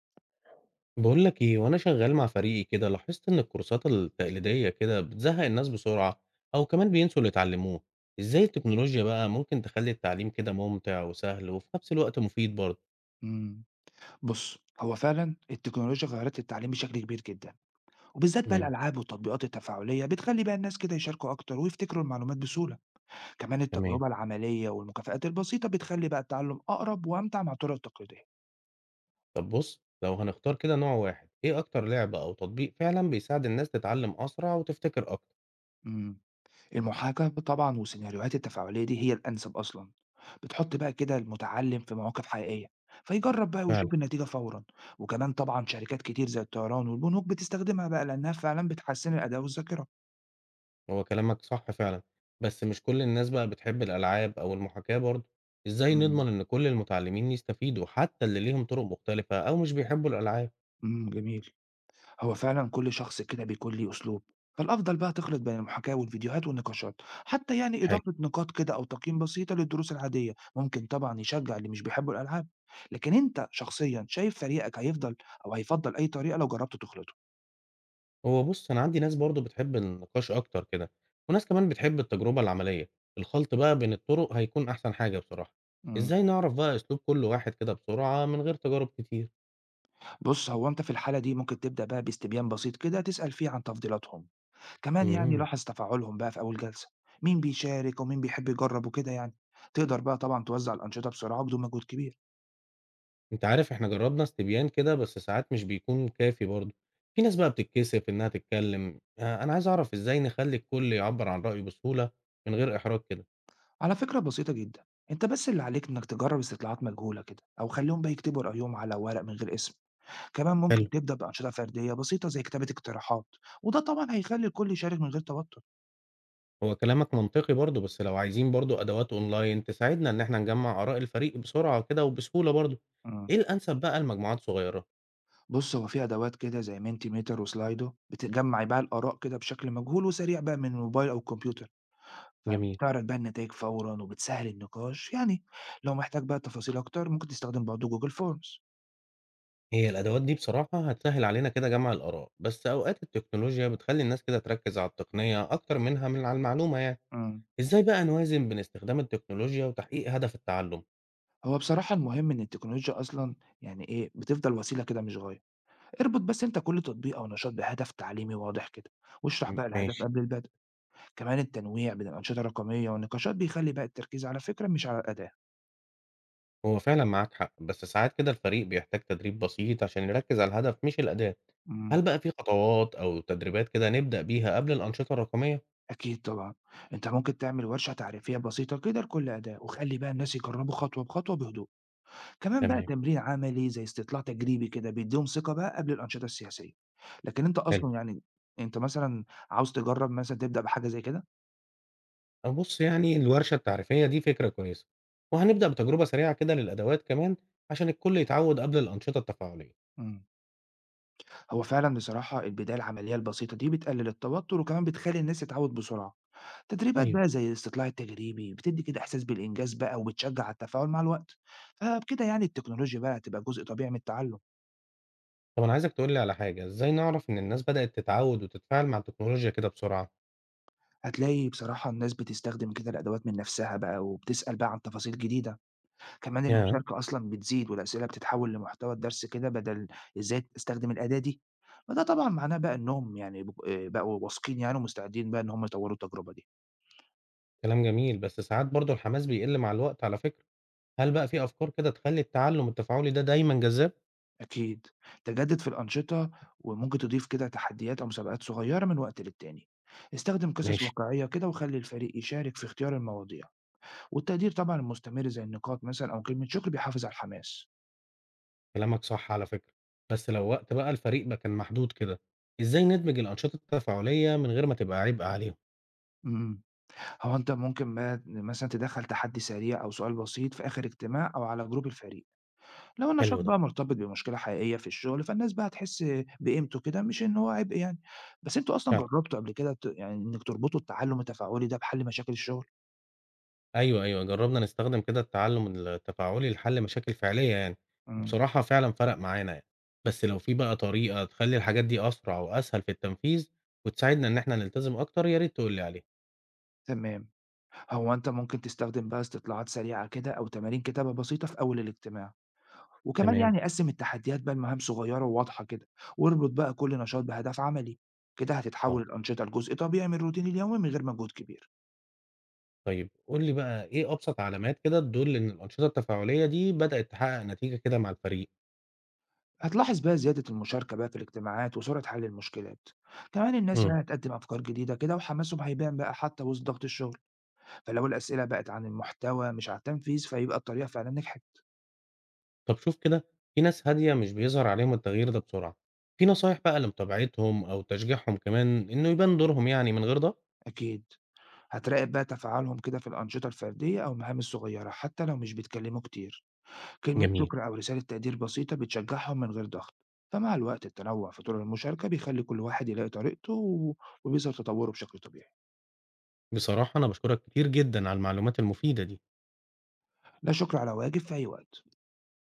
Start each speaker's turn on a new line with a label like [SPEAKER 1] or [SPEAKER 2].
[SPEAKER 1] بقول لك ايه، وانا شغال مع فريقي كده لاحظت ان الكورسات التقليديه كده بتزهق الناس بسرعه، او كمان بينسوا اللي اتعلموه. ازاي التكنولوجيا بقى ممكن تخلي التعليم كده ممتع وسهل وفي نفس الوقت مفيد برضه؟
[SPEAKER 2] إمم. بُص، هو فعلًا التكنولوجيا غيّرت التعليم بشكل كبير جدًا، وبالذات بقى
[SPEAKER 1] امم،
[SPEAKER 2] الألعاب والتطبيقات التفاعلية بتخلّي بقى الناس كده يشاركوا أكتر ويفتكروا المعلومات بسهولة، كمان
[SPEAKER 1] تمام.
[SPEAKER 2] التجربة العملية والمكافآت البسيطة بتخلّي بقى التعلُّم أقرب وأمتع مع الطرق التقليدية.
[SPEAKER 1] طب بص، لو هنختار كده نوع واحد، ايه اكتر لعبه او تطبيق فعلا بيساعد الناس تتعلم اسرع وتفتكر اكتر؟
[SPEAKER 2] إمم. المحاكاة طبعًا والسيناريوهات التفاعلية دي هي الأنسب أصلًا، بتحُط بقى كده المتعلِّم في مواقف حقيقية، فيجرّب بقى
[SPEAKER 1] فعلا.
[SPEAKER 2] ويشوف النتيجة فورًا، وكمان طبعًا شركات كتير زي الطيران والبنوك بتستخدمها بقى لإنها فعلًا بتحسِّن الأداء والذاكرة.
[SPEAKER 1] هو كلامك صح فعلا، بس مش كل الناس بقى بتحب الالعاب او المحاكاه برضه. ازاي
[SPEAKER 2] إمم،
[SPEAKER 1] نضمن ان كل المتعلمين يستفيدوا، حتى اللي ليهم طرق مختلفه او مش بيحبوا الالعاب؟
[SPEAKER 2] إمم، جميل. هو فعلا كل شخص كده بيكون ليه أسلوب، فالأفضل بقى تخلط بين المحاكاة والفيديوهات والنقاشات، حتى يعني
[SPEAKER 1] حلو.
[SPEAKER 2] إضافة نقاط كده أو تقييم بسيطة للدروس العادية ممكن طبعا يشجع اللي مش بيحبوا الألعاب. لكن أنت شخصيا شايف فريقك هيفضل أو هيفضل أي طريقة لو جربت تخلطه؟
[SPEAKER 1] هو بُص، أنا عندي ناس برضه بتحب النقاش أكتر كده، وناس كمان بتحب التجربة العملية، الخلط بقى بين الطرق هيكون أحسن حاجة بصراحة.
[SPEAKER 2] مم.
[SPEAKER 1] إزاي نعرف بقى أسلوب كل واحد كده بسرعة من غير تجارب كتير؟
[SPEAKER 2] بص، هو أنت في الحالة دي ممكن تبدأ بقى باستبيان بسيط كده تسأل فيه عن تفضيلاتهم، كمان يعني
[SPEAKER 1] إمم.
[SPEAKER 2] لاحظ تفاعلهم بقى في أول جلسة، مين بيشارك ومين بيحب يجرب وكده يعني. تقدر بقى طبعا توزع الأنشطة بسرعة بدون مجهود كبير.
[SPEAKER 1] أنت عارف إحنا جربنا استبيان كده بس ساعات مش بيكون كافي برضه، في ناس بقى بتتكسف إنها تتكلم، أنا عايز أعرف إزاي نخلي الكل يعبّر عن رأيه بسهولة من غير إحراج كده؟
[SPEAKER 2] على فكرة بسيطة جدا، انت بس اللي عليك انك تجرب استطلاعات مجهولة كده او خليهم بقى يكتبوا رأيهم على ورق من غير اسم، كمان
[SPEAKER 1] حلو.
[SPEAKER 2] ممكن تبدأ بأنشطة فردية بسيطة زي كتابة اقتراحات. وده طبعا هيخلي الكل يشارك من غير توتر.
[SPEAKER 1] هو كلامك منطقي برضه، بس لو عايزين برضه أدوات أونلاين تساعدنا إن إحنا نجمّع آراء الفريق بسرعة كده وبسهولة برضه،
[SPEAKER 2] مم.
[SPEAKER 1] إيه الأنسب بقى لمجموعات صغيرة؟
[SPEAKER 2] بص، هو في ادوات كده زي مينتي ميتر وسلايدو بتجمع بقى الاراء كده بشكل مجهول وسريع بقى من الموبايل او الكمبيوتر،
[SPEAKER 1] جميل.
[SPEAKER 2] فبتعرض بقى النتائج فورا وبتسهل النقاش يعني. لو محتاج بقى تفاصيل اكتر ممكن تستخدم برضه جوجل فورمز.
[SPEAKER 1] هي الأدوات دي بصراحة هتسهل علينا كده جمع الآراء، بس أوقات التكنولوجيا بتخلي الناس كده تركز على التقنية أكتر منها من على المعلومة يعني،
[SPEAKER 2] مم.
[SPEAKER 1] إزاي بقى نوازن بين استخدام التكنولوجيا وتحقيق هدف التعلم؟
[SPEAKER 2] هو بصراحة المهم ان التكنولوجيا اصلا يعني ايه بتفضل وسيلة كده مش غاية. اربط بس أنت كل تطبيق أو نشاط بهدف تعليمي واضح كده، واشرح
[SPEAKER 1] م
[SPEAKER 2] بقى الهدف
[SPEAKER 1] ماشي.
[SPEAKER 2] قبل البدء، كمان التنويع بين الأنشطة الرقمية والنقاشات بيخلي بقى التركيز على فكرة مش على الأداة.
[SPEAKER 1] هو فعلًا معاك حق، بس ساعات كده الفريق بيحتاج تدريب بسيط عشان يركّز على الهدف مش الأداء.
[SPEAKER 2] إمم،
[SPEAKER 1] هل بقى في خطوات أو تدريبات كده نبدأ بيها قبل الأنشطة الرقمية؟
[SPEAKER 2] أكيد طبعًا، أنت ممكن تعمل ورشة تعريفية بسيطة كده لكل أداة، وخلي بقى الناس يجربوا خطوة بخطوة بهدوء، كمان بقى
[SPEAKER 1] تمام.
[SPEAKER 2] تمرين عملي زي استطلاع تجريبي كده بيديهم ثقة بقى قبل الأنشطة السياسية، لكن أنت
[SPEAKER 1] حلو.
[SPEAKER 2] أصلًا يعني أنت مثلًا عاوز تجرب مثلًا تبدأ بحاجة زي كده؟
[SPEAKER 1] أه بُص، يعني الورشة التعريفية دي فكرة كويسة، وهنبدأ بتجربة سريعة كده للأدوات كمان عشان الكل يتعود قبل الأنشطة التفاعلية.
[SPEAKER 2] إمم. هو فعلا بصراحة البداية العملية البسيطة دي بتقلل التوتر وكمان بتخلي الناس تتعود بسرعة. تدريبات
[SPEAKER 1] أيوه.
[SPEAKER 2] بقى زي الاستطلاع التجريبي بتدي كده إحساس بالإنجاز بقى وبتشجع على التفاعل مع الوقت. فبكده يعني التكنولوجيا بقى هتبقى جزء طبيعي من التعلم.
[SPEAKER 1] طب أنا عايزك تقول لي على حاجة، إزاي نعرف إن الناس بدأت تتعود وتتفاعل مع التكنولوجيا كده بسرعة؟
[SPEAKER 2] هتلاقي بصراحة الناس بتستخدم كده الأدوات من نفسها بقى وبتسأل بقى عن تفاصيل جديدة، كمان
[SPEAKER 1] ياه،
[SPEAKER 2] المشاركة أصلا بتزيد والأسئلة بتتحول لمحتوى الدرس كده بدل إزاي استخدم الأداة دي. فده طبعا معناه بقى إنهم يعني بقوا واثقين يعني ومستعدين بقى إن هم يطوروا التجربة دي.
[SPEAKER 1] كلام جميل بس ساعات برضه الحماس بيقل مع الوقت على فكرة، هل بقى في أفكار كده تخلي التعلم التفاعلي ده دايمًا جذاب؟
[SPEAKER 2] أكيد، تجدد في الأنشطة، وممكن تضيف كده تحديات أو مسابقات صغيرة من وقت للتاني، استخدم قصص
[SPEAKER 1] ماشي،
[SPEAKER 2] واقعية كده وخلي الفريق يشارك في اختيار المواضيع، والتقدير طبعا المستمر زي النقاط مثلا أو كلمة شكر بيحافظ على الحماس.
[SPEAKER 1] كلامك صح على فكرة، بس لو وقت بقى الفريق بقى كان محدود كده، إزاي ندمج الأنشطة التفاعلية من غير ما تبقى عبء عليهم؟
[SPEAKER 2] امم هو انت ممكن ما مثلا تدخل تحدي سريع او سؤال بسيط في اخر اجتماع او على جروب الفريق. لو النشاط
[SPEAKER 1] حلو ده.
[SPEAKER 2] بقى مرتبط بمشكله حقيقيه في الشغل فالناس بقى هتحس بقيمته كده مش ان هو عبء يعني. بس انتوا اصلا
[SPEAKER 1] فعلًا،
[SPEAKER 2] جربتوا قبل كده يعني انك تربطوا التعلم التفاعلي ده بحل مشاكل الشغل.
[SPEAKER 1] أيوه، أيوه، جرّبنا نستخدم كده التعلم التفاعلي لحل مشاكل فعلية يعني،
[SPEAKER 2] امم
[SPEAKER 1] وبصراحة فعلًا فرق معانا يعني، بس لو في بقى طريقة تخلّي الحاجات دي أسرع وأسهل في التنفيذ وتساعدنا إن إحنا نلتزم أكتر يا ريت تقول لي عليها.
[SPEAKER 2] تمام. هو أنت ممكن تستخدم بقى استطلاعات سريعة كده أو تمارين كتابة بسيطة في أول الاجتماع، وكمان
[SPEAKER 1] تمام،
[SPEAKER 2] يعني قسم التحديات بقى لمهام صغيرة وواضحة كده، واربط بقى كل نشاط بهدف عملي، كده
[SPEAKER 1] حاضر،
[SPEAKER 2] هتتحول الأنشطة لجزء طبيعي من الروتين اليومي من غير مجهود كبير.
[SPEAKER 1] طيب قُل لي بقى إيه أبسط علامات كده تدُل إن الأنشطة التفاعلية دي بدأت تحقق نتيجة كده مع الفريق؟
[SPEAKER 2] هتلاحظ بقى زيادة المشاركة بقى في الاجتماعات وسرعة حل المشكلات. كمان الناس
[SPEAKER 1] إمم.
[SPEAKER 2] بقى هتقدم أفكار جديدة كده وحماسهم هيبان بقى حتى وسط ضغط الشغل، فلو الأسئلة بقت عن المحتوى مش عن التنفيذ فيبقى الطريقة فعلا نجحت.
[SPEAKER 1] طب شوف كده، في ناس هادية مش بيظهر عليهم التغيير ده بسرعة، في نصايح بقى لمتابعتهم أو تشجيعهم كمان إنه يبان دورهم يعني من غير ده؟
[SPEAKER 2] أكيد. هتراقب بقى تفاعلهم كده في الأنشطة الفردية أو المهام الصغيرة حتى لو مش بيتكلموا كتير. كلمة
[SPEAKER 1] جميل.
[SPEAKER 2] شكر أو رسالة تقدير بسيطة بتشجعهم من غير ضغط. فمع الوقت التنوع في طرق المشاركة بيخلي كل واحد يلاقي طريقته وبيظهر تطوره بشكل طبيعي.
[SPEAKER 1] بصراحة أنا بشكرك كتير جدا على المعلومات المفيدة دي.
[SPEAKER 2] لا شكر على واجب في أي وقت.